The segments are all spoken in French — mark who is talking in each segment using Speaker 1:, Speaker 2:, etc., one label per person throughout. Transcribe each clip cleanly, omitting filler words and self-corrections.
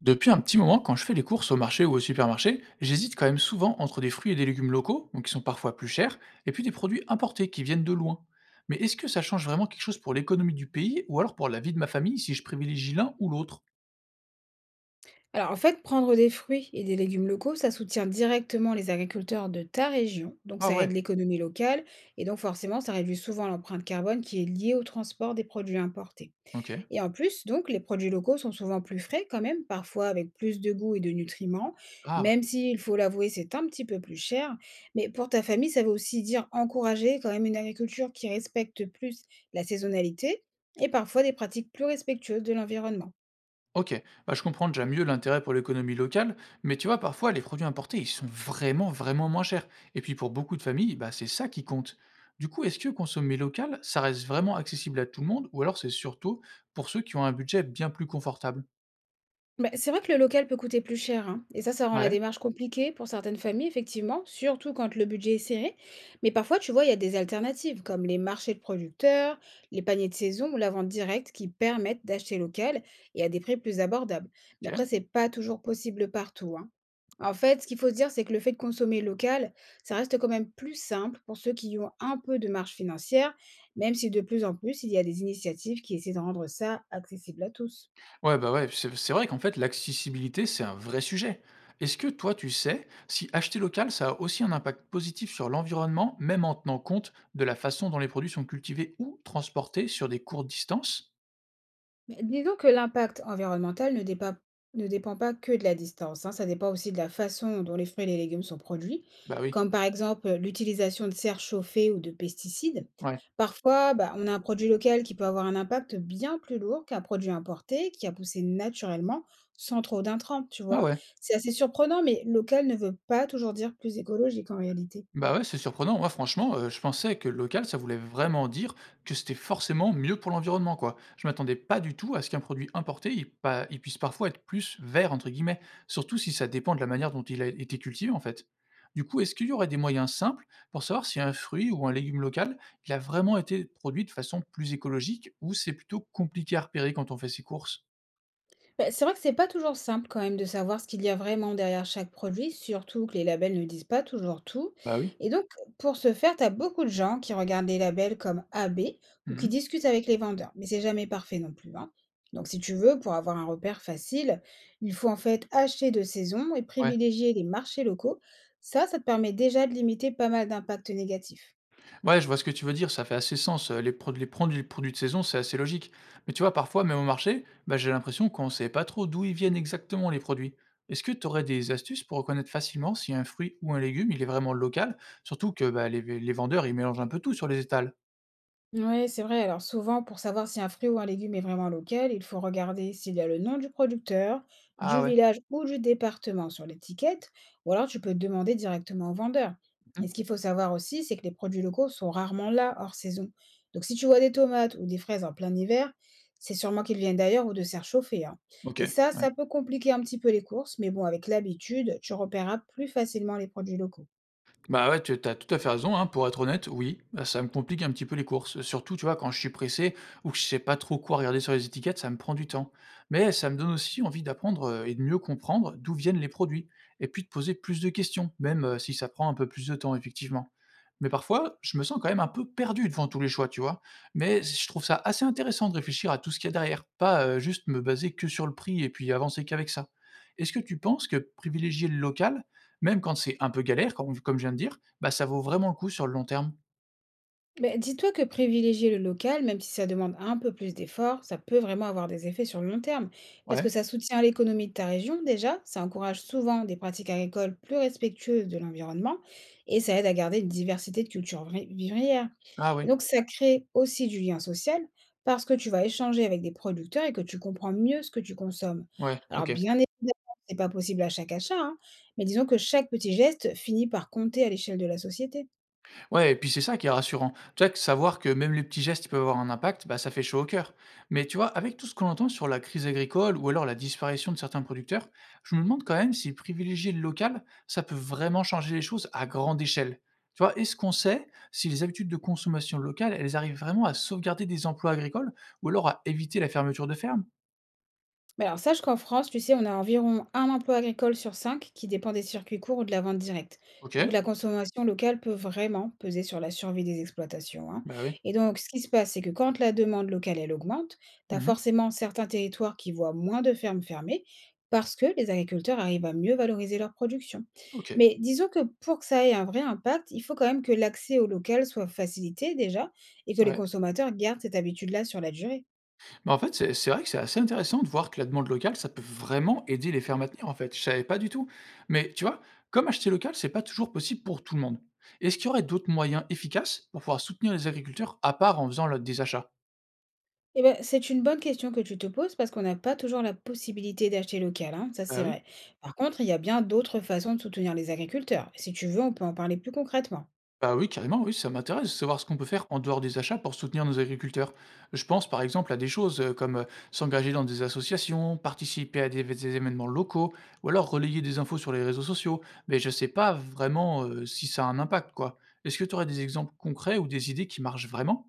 Speaker 1: Depuis un petit moment, quand je fais les courses au marché ou au supermarché, j'hésite quand même souvent entre des fruits et des légumes locaux, donc qui sont parfois plus chers, et puis des produits importés qui viennent de loin. Mais est-ce que ça change vraiment quelque chose pour l'économie du pays ou alors pour la vie de ma famille si je privilégie l'un ou l'autre?
Speaker 2: Alors en fait, prendre des fruits et des légumes locaux, ça soutient directement les agriculteurs de ta région, donc
Speaker 1: Ah
Speaker 2: ça aide
Speaker 1: ouais,
Speaker 2: l'économie locale et donc forcément ça réduit souvent l'empreinte carbone qui est liée au transport des produits importés.
Speaker 1: ok.
Speaker 2: Et en plus, donc les produits locaux sont souvent plus frais quand même, parfois avec plus de goût et de nutriments,
Speaker 1: Ah,
Speaker 2: même si, il faut l'avouer, c'est un petit peu plus cher. Mais pour ta famille, ça veut aussi dire encourager quand même une agriculture qui respecte plus la saisonnalité et parfois des pratiques plus respectueuses de l'environnement.
Speaker 1: OK, je comprends déjà mieux l'intérêt pour l'économie locale, mais tu vois, parfois, les produits importés, ils sont vraiment, vraiment moins chers. Et puis, pour beaucoup de familles, c'est ça qui compte. Du coup, est-ce que consommer local, ça reste vraiment accessible à tout le monde, ou alors c'est surtout pour ceux qui ont un budget bien plus confortable?
Speaker 2: Bah, c'est vrai que le local peut coûter plus cher, hein. Et ça rend la
Speaker 1: Ouais,
Speaker 2: démarche compliquée pour certaines familles, effectivement, surtout quand le budget est serré. Mais parfois, tu vois, il y a des alternatives, comme les marchés de producteurs, les paniers de saison ou la vente directe qui permettent d'acheter local et à des prix plus abordables. Mais après,
Speaker 1: OK.
Speaker 2: c'est pas toujours possible partout, hein. En fait, ce qu'il faut se dire, c'est que le fait de consommer local, ça reste quand même plus simple pour ceux qui ont un peu de marge financière, même si de plus en plus, il y a des initiatives qui essaient de rendre ça accessible à tous.
Speaker 1: Ouais, bah ouais, c'est vrai qu'en fait, l'accessibilité, c'est un vrai sujet. Est-ce que toi, tu sais si acheter local, ça a aussi un impact positif sur l'environnement, même en tenant compte de la façon dont les produits sont cultivés ou transportés sur des courtes distances?
Speaker 2: Mais disons que l'impact environnemental ne dépend pas que de la distance, hein, ça dépend aussi de la façon dont les fruits et les légumes sont produits,
Speaker 1: Bah oui.
Speaker 2: comme par exemple l'utilisation de serres chauffées ou de pesticides.
Speaker 1: Ouais.
Speaker 2: Parfois, bah, on a un produit local qui peut avoir un impact bien plus lourd qu'un produit importé qui a poussé naturellement sans trop d'intrants, tu
Speaker 1: Ah
Speaker 2: vois.
Speaker 1: ouais.
Speaker 2: C'est assez surprenant, mais local ne veut pas toujours dire plus écologique en réalité.
Speaker 1: Bah ouais, c'est surprenant. Moi, franchement, je pensais que local, ça voulait vraiment dire que c'était forcément mieux pour l'environnement, quoi. Je m'attendais pas du tout à ce qu'un produit importé, il puisse parfois être «plus vert» entre guillemets, surtout si ça dépend de la manière dont il a été cultivé, en fait. Du coup, est-ce qu'il y aurait des moyens simples pour savoir si un fruit ou un légume local, il a vraiment été produit de façon plus écologique ou c'est plutôt compliqué à repérer quand on fait ses courses?
Speaker 2: Bah, c'est vrai que c'est pas toujours simple quand même de savoir ce qu'il y a vraiment derrière chaque produit, surtout que les labels ne disent pas toujours tout.
Speaker 1: Bah oui.
Speaker 2: Et donc, pour ce faire, tu as beaucoup de gens qui regardent les labels comme A, B ou qui
Speaker 1: Mmh.
Speaker 2: discutent avec les vendeurs. Mais c'est jamais parfait non plus, hein. Donc, si tu veux, pour avoir un repère facile, il faut en fait acheter de saison et
Speaker 1: Ouais.
Speaker 2: privilégier les marchés locaux. Ça te permet déjà de limiter pas mal d'impacts négatifs.
Speaker 1: Ouais, je vois ce que tu veux dire, ça fait assez sens. Les produits de saison, c'est assez logique. Mais tu vois, parfois, même au marché, j'ai l'impression qu'on ne sait pas trop d'où ils viennent exactement les produits. Est-ce que tu aurais des astuces pour reconnaître facilement si un fruit ou un légume, il est vraiment local, surtout que les vendeurs, ils mélangent un peu tout sur les étals?
Speaker 2: Oui, c'est vrai. Alors souvent, pour savoir si un fruit ou un légume est vraiment local, il faut regarder s'il y a le nom du producteur, du
Speaker 1: Ah ouais.
Speaker 2: village ou du département sur l'étiquette, ou alors tu peux demander directement au vendeur. Et
Speaker 1: Mhm.
Speaker 2: ce qu'il faut savoir aussi, c'est que les produits locaux sont rarement là hors saison. Donc si tu vois des tomates ou des fraises en plein hiver, c'est sûrement qu'ils viennent d'ailleurs ou de serre chauffée, hein.
Speaker 1: Ok.
Speaker 2: Et ça,
Speaker 1: Ouais.
Speaker 2: ça peut compliquer un petit peu les courses, mais bon, avec l'habitude, tu repéreras plus facilement les produits locaux.
Speaker 1: Bah, ouais, tu as tout à fait raison, hein, pour être honnête, oui, ça me complique un petit peu les courses. Surtout, tu vois, quand je suis pressé ou que je sais pas trop quoi regarder sur les étiquettes, ça me prend du temps. Mais ça me donne aussi envie d'apprendre, et de mieux comprendre d'où viennent les produits, et puis de poser plus de questions, même, si ça prend un peu plus de temps, effectivement. Mais parfois, je me sens quand même un peu perdu devant tous les choix, tu vois. Mais je trouve ça assez intéressant de réfléchir à tout ce qu'il y a derrière, pas juste me baser que sur le prix et puis avancer qu'avec ça. Est-ce que tu penses que privilégier le local, même quand c'est un peu galère, comme je viens de dire, ça vaut vraiment le coup sur le long terme?
Speaker 2: Ben, dis-toi que privilégier le local, même si ça demande un peu plus d'efforts, ça peut vraiment avoir des effets sur le long terme, parce que
Speaker 1: Ouais.
Speaker 2: ça soutient l'économie de ta région déjà, ça encourage souvent des pratiques agricoles plus respectueuses de l'environnement, et ça aide à garder une diversité de cultures vivrières.
Speaker 1: Ah
Speaker 2: Et
Speaker 1: oui.
Speaker 2: donc ça crée aussi du lien social, parce que tu vas échanger avec des producteurs et que tu comprends mieux ce que tu consommes.
Speaker 1: Ouais,
Speaker 2: Alors
Speaker 1: OK.
Speaker 2: bien évidemment, c'est pas possible à chaque achat, hein, mais disons que chaque petit geste finit par compter à l'échelle de la société.
Speaker 1: Ouais, et puis c'est ça qui est rassurant. Tu vois? Que savoir que même les petits gestes, ils peuvent avoir un impact, ça fait chaud au cœur. Mais tu vois? Avec tout ce qu'on entend sur la crise agricole ou alors la disparition de certains producteurs, je me demande quand même si privilégier le local, ça peut vraiment changer les choses à grande échelle. Tu vois? Est-ce qu'on sait si les habitudes de consommation locale, elles arrivent vraiment à sauvegarder des emplois agricoles ou alors à éviter la fermeture de fermes?
Speaker 2: Bah, alors sache qu'en France, tu sais, on a environ un emploi agricole sur cinq qui dépend des circuits courts ou de la vente directe.
Speaker 1: OK.
Speaker 2: Donc la consommation locale peut vraiment peser sur la survie des exploitations, hein.
Speaker 1: Bah, oui.
Speaker 2: Et donc ce qui se passe, c'est que quand la demande locale, elle augmente, tu as
Speaker 1: Mmh.
Speaker 2: forcément certains territoires qui voient moins de fermes fermées parce que les agriculteurs arrivent à mieux valoriser leur production.
Speaker 1: OK.
Speaker 2: Mais disons que pour que ça ait un vrai impact, il faut quand même que l'accès au local soit facilité déjà et que les
Speaker 1: Ouais.
Speaker 2: consommateurs gardent cette habitude-là sur la durée.
Speaker 1: Bah, en fait, c'est vrai que c'est assez intéressant de voir que la demande locale, ça peut vraiment aider les fermes à tenir, en fait. Je savais pas du tout. Mais tu vois, comme acheter local, c'est pas toujours possible pour tout le monde. Est-ce qu'il y aurait d'autres moyens efficaces pour pouvoir soutenir les agriculteurs à part en faisant là, des achats?
Speaker 2: Eh ben, c'est une bonne question que tu te poses parce qu'on n'a pas toujours la possibilité d'acheter local, hein, ça c'est
Speaker 1: Bah oui.
Speaker 2: vrai. Par contre, il y a bien d'autres façons de soutenir les agriculteurs. Si tu veux, on peut en parler plus concrètement.
Speaker 1: Bah oui, carrément, oui, ça m'intéresse de savoir ce qu'on peut faire en dehors des achats pour soutenir nos agriculteurs. Je pense par exemple à des choses comme s'engager dans des associations, participer à des événements locaux, ou alors relayer des infos sur les réseaux sociaux, mais je sais pas vraiment si ça a un impact, quoi. Est-ce que tu aurais des exemples concrets ou des idées qui marchent vraiment?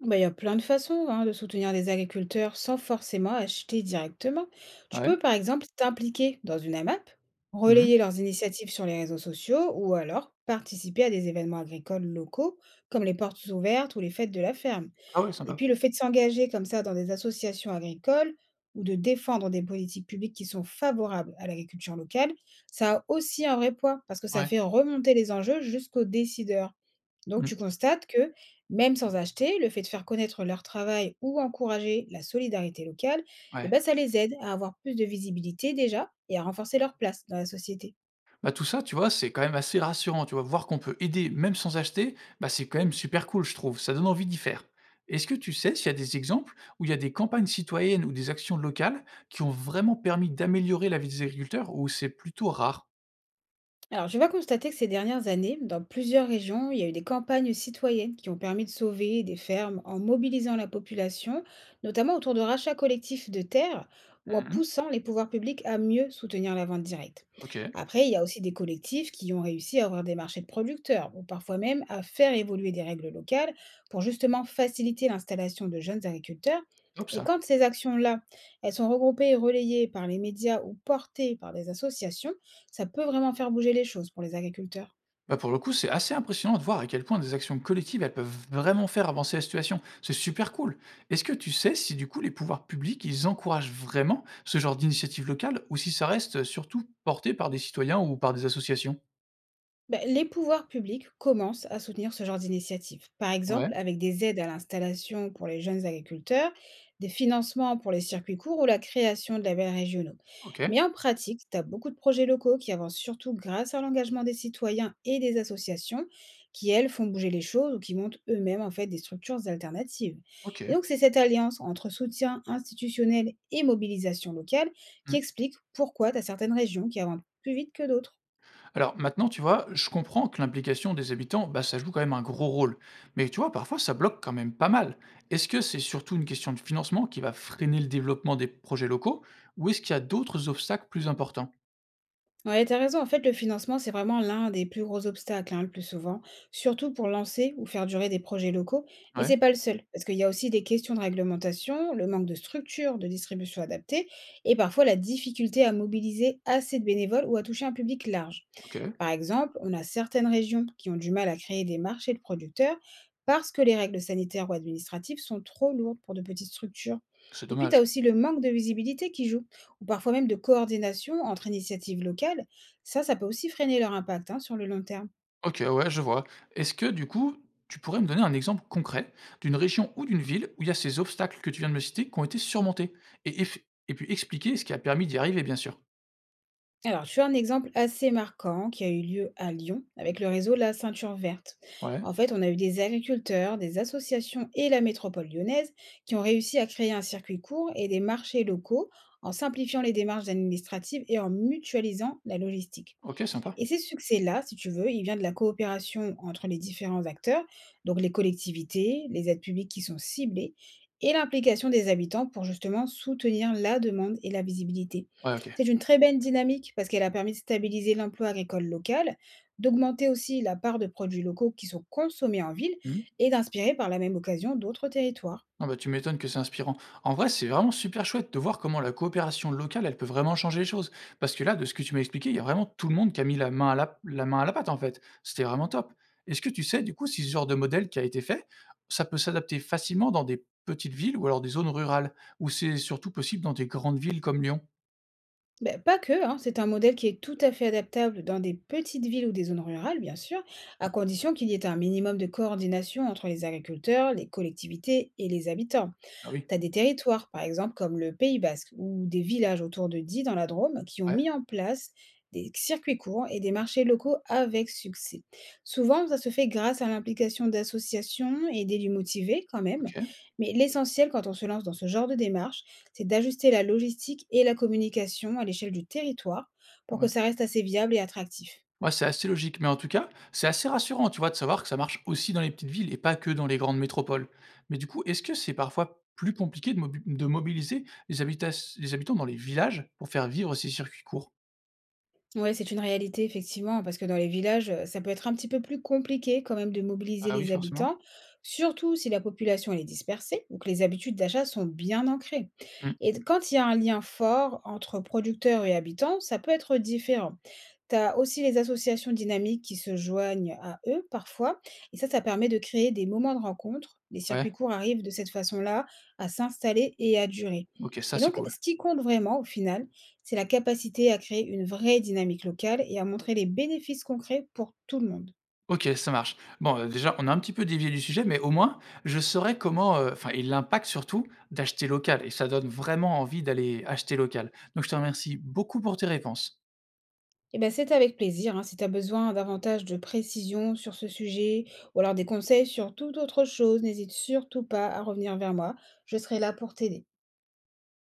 Speaker 2: Bah, il y a plein de façons hein, de soutenir les agriculteurs sans forcément acheter directement. Tu peux
Speaker 1: Ouais.
Speaker 2: par exemple t'impliquer dans une AMAP, relayer
Speaker 1: Mhm.
Speaker 2: leurs initiatives sur les réseaux sociaux ou alors participer à des événements agricoles locaux comme les portes ouvertes ou les fêtes de la ferme.
Speaker 1: Ah ouais,
Speaker 2: Et
Speaker 1: sympa.
Speaker 2: puis le fait de s'engager comme ça dans des associations agricoles ou de défendre des politiques publiques qui sont favorables à l'agriculture locale, ça a aussi un vrai poids parce que ça
Speaker 1: Ouais.
Speaker 2: fait remonter les enjeux jusqu'aux décideurs. Donc tu
Speaker 1: Mhm.
Speaker 2: constates que, même sans acheter, le fait de faire connaître leur travail ou encourager la solidarité locale, eh
Speaker 1: Ouais.
Speaker 2: ben, ça les aide à avoir plus de visibilité déjà et à renforcer leur place dans la société.
Speaker 1: Bah, tout ça, tu vois, c'est quand même assez rassurant, tu vois? Voir qu'on peut aider même sans acheter, c'est quand même super cool, je trouve. Ça donne envie d'y faire. Est-ce que tu sais s'il y a des exemples où il y a des campagnes citoyennes ou des actions locales qui ont vraiment permis d'améliorer la vie des agriculteurs ou c'est plutôt rare?
Speaker 2: Alors, je vais constater que ces dernières années, dans plusieurs régions, il y a eu des campagnes citoyennes qui ont permis de sauver des fermes en mobilisant la population, notamment autour de rachats collectifs de terres ou en
Speaker 1: Mmh.
Speaker 2: poussant les pouvoirs publics à mieux soutenir la vente directe.
Speaker 1: OK,
Speaker 2: Après, il y a aussi des collectifs qui ont réussi à ouvrir des marchés de producteurs ou parfois même à faire évoluer des règles locales pour justement faciliter l'installation de jeunes agriculteurs.
Speaker 1: top
Speaker 2: Et
Speaker 1: ça.
Speaker 2: quand ces actions-là, elles sont regroupées et relayées par les médias ou portées par des associations, ça peut vraiment faire bouger les choses pour les agriculteurs.
Speaker 1: Bah, pour le coup, c'est assez impressionnant de voir à quel point des actions collectives, elles peuvent vraiment faire avancer la situation. C'est super cool. Est-ce que tu sais si du coup les pouvoirs publics, ils encouragent vraiment ce genre d'initiative locale ou si ça reste surtout porté par des citoyens ou par des associations?
Speaker 2: Ben, les pouvoirs publics commencent à soutenir ce genre d'initiative, par
Speaker 1: Ouais,
Speaker 2: exemple avec des aides à l'installation pour les jeunes agriculteurs, des financements pour les circuits courts ou la création de labels régionaux.
Speaker 1: ok,
Speaker 2: Mais en pratique, tu as beaucoup de projets locaux qui avancent surtout grâce à l'engagement des citoyens et des associations qui, elles, font bouger les choses ou qui montent eux-mêmes en fait des structures alternatives. Et
Speaker 1: ok.
Speaker 2: donc c'est cette alliance entre soutien institutionnel et mobilisation locale qui
Speaker 1: Hmm.
Speaker 2: explique pourquoi tu as certaines régions qui avancent plus vite que d'autres.
Speaker 1: Alors maintenant, tu vois, je comprends que l'implication des habitants, ça joue quand même un gros rôle. Mais tu vois, parfois, ça bloque quand même pas mal. Est-ce que c'est surtout une question de financement qui va freiner le développement des projets locaux ou est-ce qu'il y a d'autres obstacles plus importants?
Speaker 2: Ouais, t'as raison. En fait, le financement, c'est vraiment l'un des plus gros obstacles, hein, le plus souvent, surtout pour lancer ou faire durer des projets locaux. Mais
Speaker 1: Ouais,
Speaker 2: c'est pas le seul, parce qu'il y a aussi des questions de réglementation, le manque de structure, de distribution adaptée, et parfois la difficulté à mobiliser assez de bénévoles ou à toucher un public large.
Speaker 1: ok.
Speaker 2: Par exemple, on a certaines régions qui ont du mal à créer des marchés de producteurs parce que les règles sanitaires ou administratives sont trop lourdes pour de petites structures.
Speaker 1: C'est
Speaker 2: Et puis, tu as
Speaker 1: dommage.
Speaker 2: aussi le manque de visibilité qui joue, ou parfois même de coordination entre initiatives locales. Ça peut aussi freiner leur impact hein, sur le long terme.
Speaker 1: OK, ouais, je vois. Est-ce que du coup, tu pourrais me donner un exemple concret d'une région ou d'une ville où il y a ces obstacles que tu viens de me citer qui ont été surmontés? Et eff et puis expliquer ce qui a permis d'y arriver, bien sûr.
Speaker 2: Alors, tu as un exemple assez marquant qui a eu lieu à Lyon avec le réseau La Ceinture Verte.
Speaker 1: Ouais,
Speaker 2: En fait, on a eu des agriculteurs, des associations et la métropole lyonnaise qui ont réussi à créer un circuit court et des marchés locaux en simplifiant les démarches administratives et en mutualisant la logistique.
Speaker 1: OK, sympa.
Speaker 2: Et ces succès-là, si tu veux, il vient de la coopération entre les différents acteurs, donc les collectivités, les aides publiques qui sont ciblées, et l'implication des habitants pour justement soutenir la demande et la visibilité.
Speaker 1: Ouais, OK.
Speaker 2: C'est une très belle dynamique parce qu'elle a permis de stabiliser l'emploi agricole local, d'augmenter aussi la part de produits locaux qui sont consommés en ville
Speaker 1: Mmh.
Speaker 2: et d'inspirer par la même occasion d'autres territoires.
Speaker 1: Ah bah, tu m'étonnes que c'est inspirant. En vrai, c'est vraiment super chouette de voir comment la coopération locale, elle peut vraiment changer les choses. Parce que là, de ce que tu m'as expliqué, il y a vraiment tout le monde qui a mis la main à la pâte, en fait. C'était vraiment top. Est-ce que tu sais, du coup, si ce genre de modèle qui a été fait, ça peut s'adapter facilement dans des petites villes ou alors des zones rurales, ou c'est surtout possible dans des grandes villes comme Lyon?
Speaker 2: Ben, pas que, hein. C'est un modèle qui est tout à fait adaptable dans des petites villes ou des zones rurales, bien sûr, à condition qu'il y ait un minimum de coordination entre les agriculteurs, les collectivités et les habitants.
Speaker 1: Ah oui.
Speaker 2: Tu as des territoires, par exemple comme le Pays basque ou des villages autour de Die dans la Drôme, qui ont
Speaker 1: Ouais,
Speaker 2: mis en place des circuits courts et des marchés locaux avec succès. Souvent, ça se fait grâce à l'implication d'associations et d'élus motivés quand même.
Speaker 1: ok,
Speaker 2: Mais l'essentiel quand on se lance dans ce genre de démarche, c'est d'ajuster la logistique et la communication à l'échelle du territoire pour que
Speaker 1: ouais.
Speaker 2: ça reste assez viable et attractif.
Speaker 1: Ouais, c'est assez logique, mais en tout cas, c'est assez rassurant, tu vois, de savoir que ça marche aussi dans les petites villes et pas que dans les grandes métropoles. Mais du coup, est-ce que c'est parfois plus compliqué de mobiliser les habitants dans les villages pour faire vivre ces circuits courts?
Speaker 2: Ouais, c'est une réalité, effectivement, parce que dans les villages, ça peut être un petit peu plus compliqué quand même de mobiliser
Speaker 1: Ah oui,
Speaker 2: les
Speaker 1: forcément.
Speaker 2: habitants, surtout si la population elle est dispersée ou que les habitudes d'achat sont bien ancrées.
Speaker 1: Mm.
Speaker 2: Quand il y a un lien fort entre producteurs et habitants, ça peut être différent. Tu as aussi les associations dynamiques qui se joignent à eux parfois, et ça permet de créer des moments de rencontre. Les circuits
Speaker 1: Ouais,
Speaker 2: courts arrivent de cette façon-là à s'installer et à durer.
Speaker 1: ok, ça
Speaker 2: Et
Speaker 1: c'est
Speaker 2: donc,
Speaker 1: cool.
Speaker 2: ce qui compte vraiment au final, c'est la capacité à créer une vraie dynamique locale et à montrer les bénéfices concrets pour tout le monde.
Speaker 1: Ok, ça marche. Bon, déjà, on a un petit peu dévié du sujet, mais au moins, je saurais comment, enfin, et l'impact surtout d'acheter local. Et ça donne vraiment envie d'aller acheter local. Donc, je te remercie beaucoup pour tes réponses.
Speaker 2: Eh ben, c'est avec plaisir, hein. Si tu as besoin davantage de précision sur ce sujet ou alors des conseils sur toute autre chose, n'hésite surtout pas à revenir vers moi. Je serai là pour t'aider.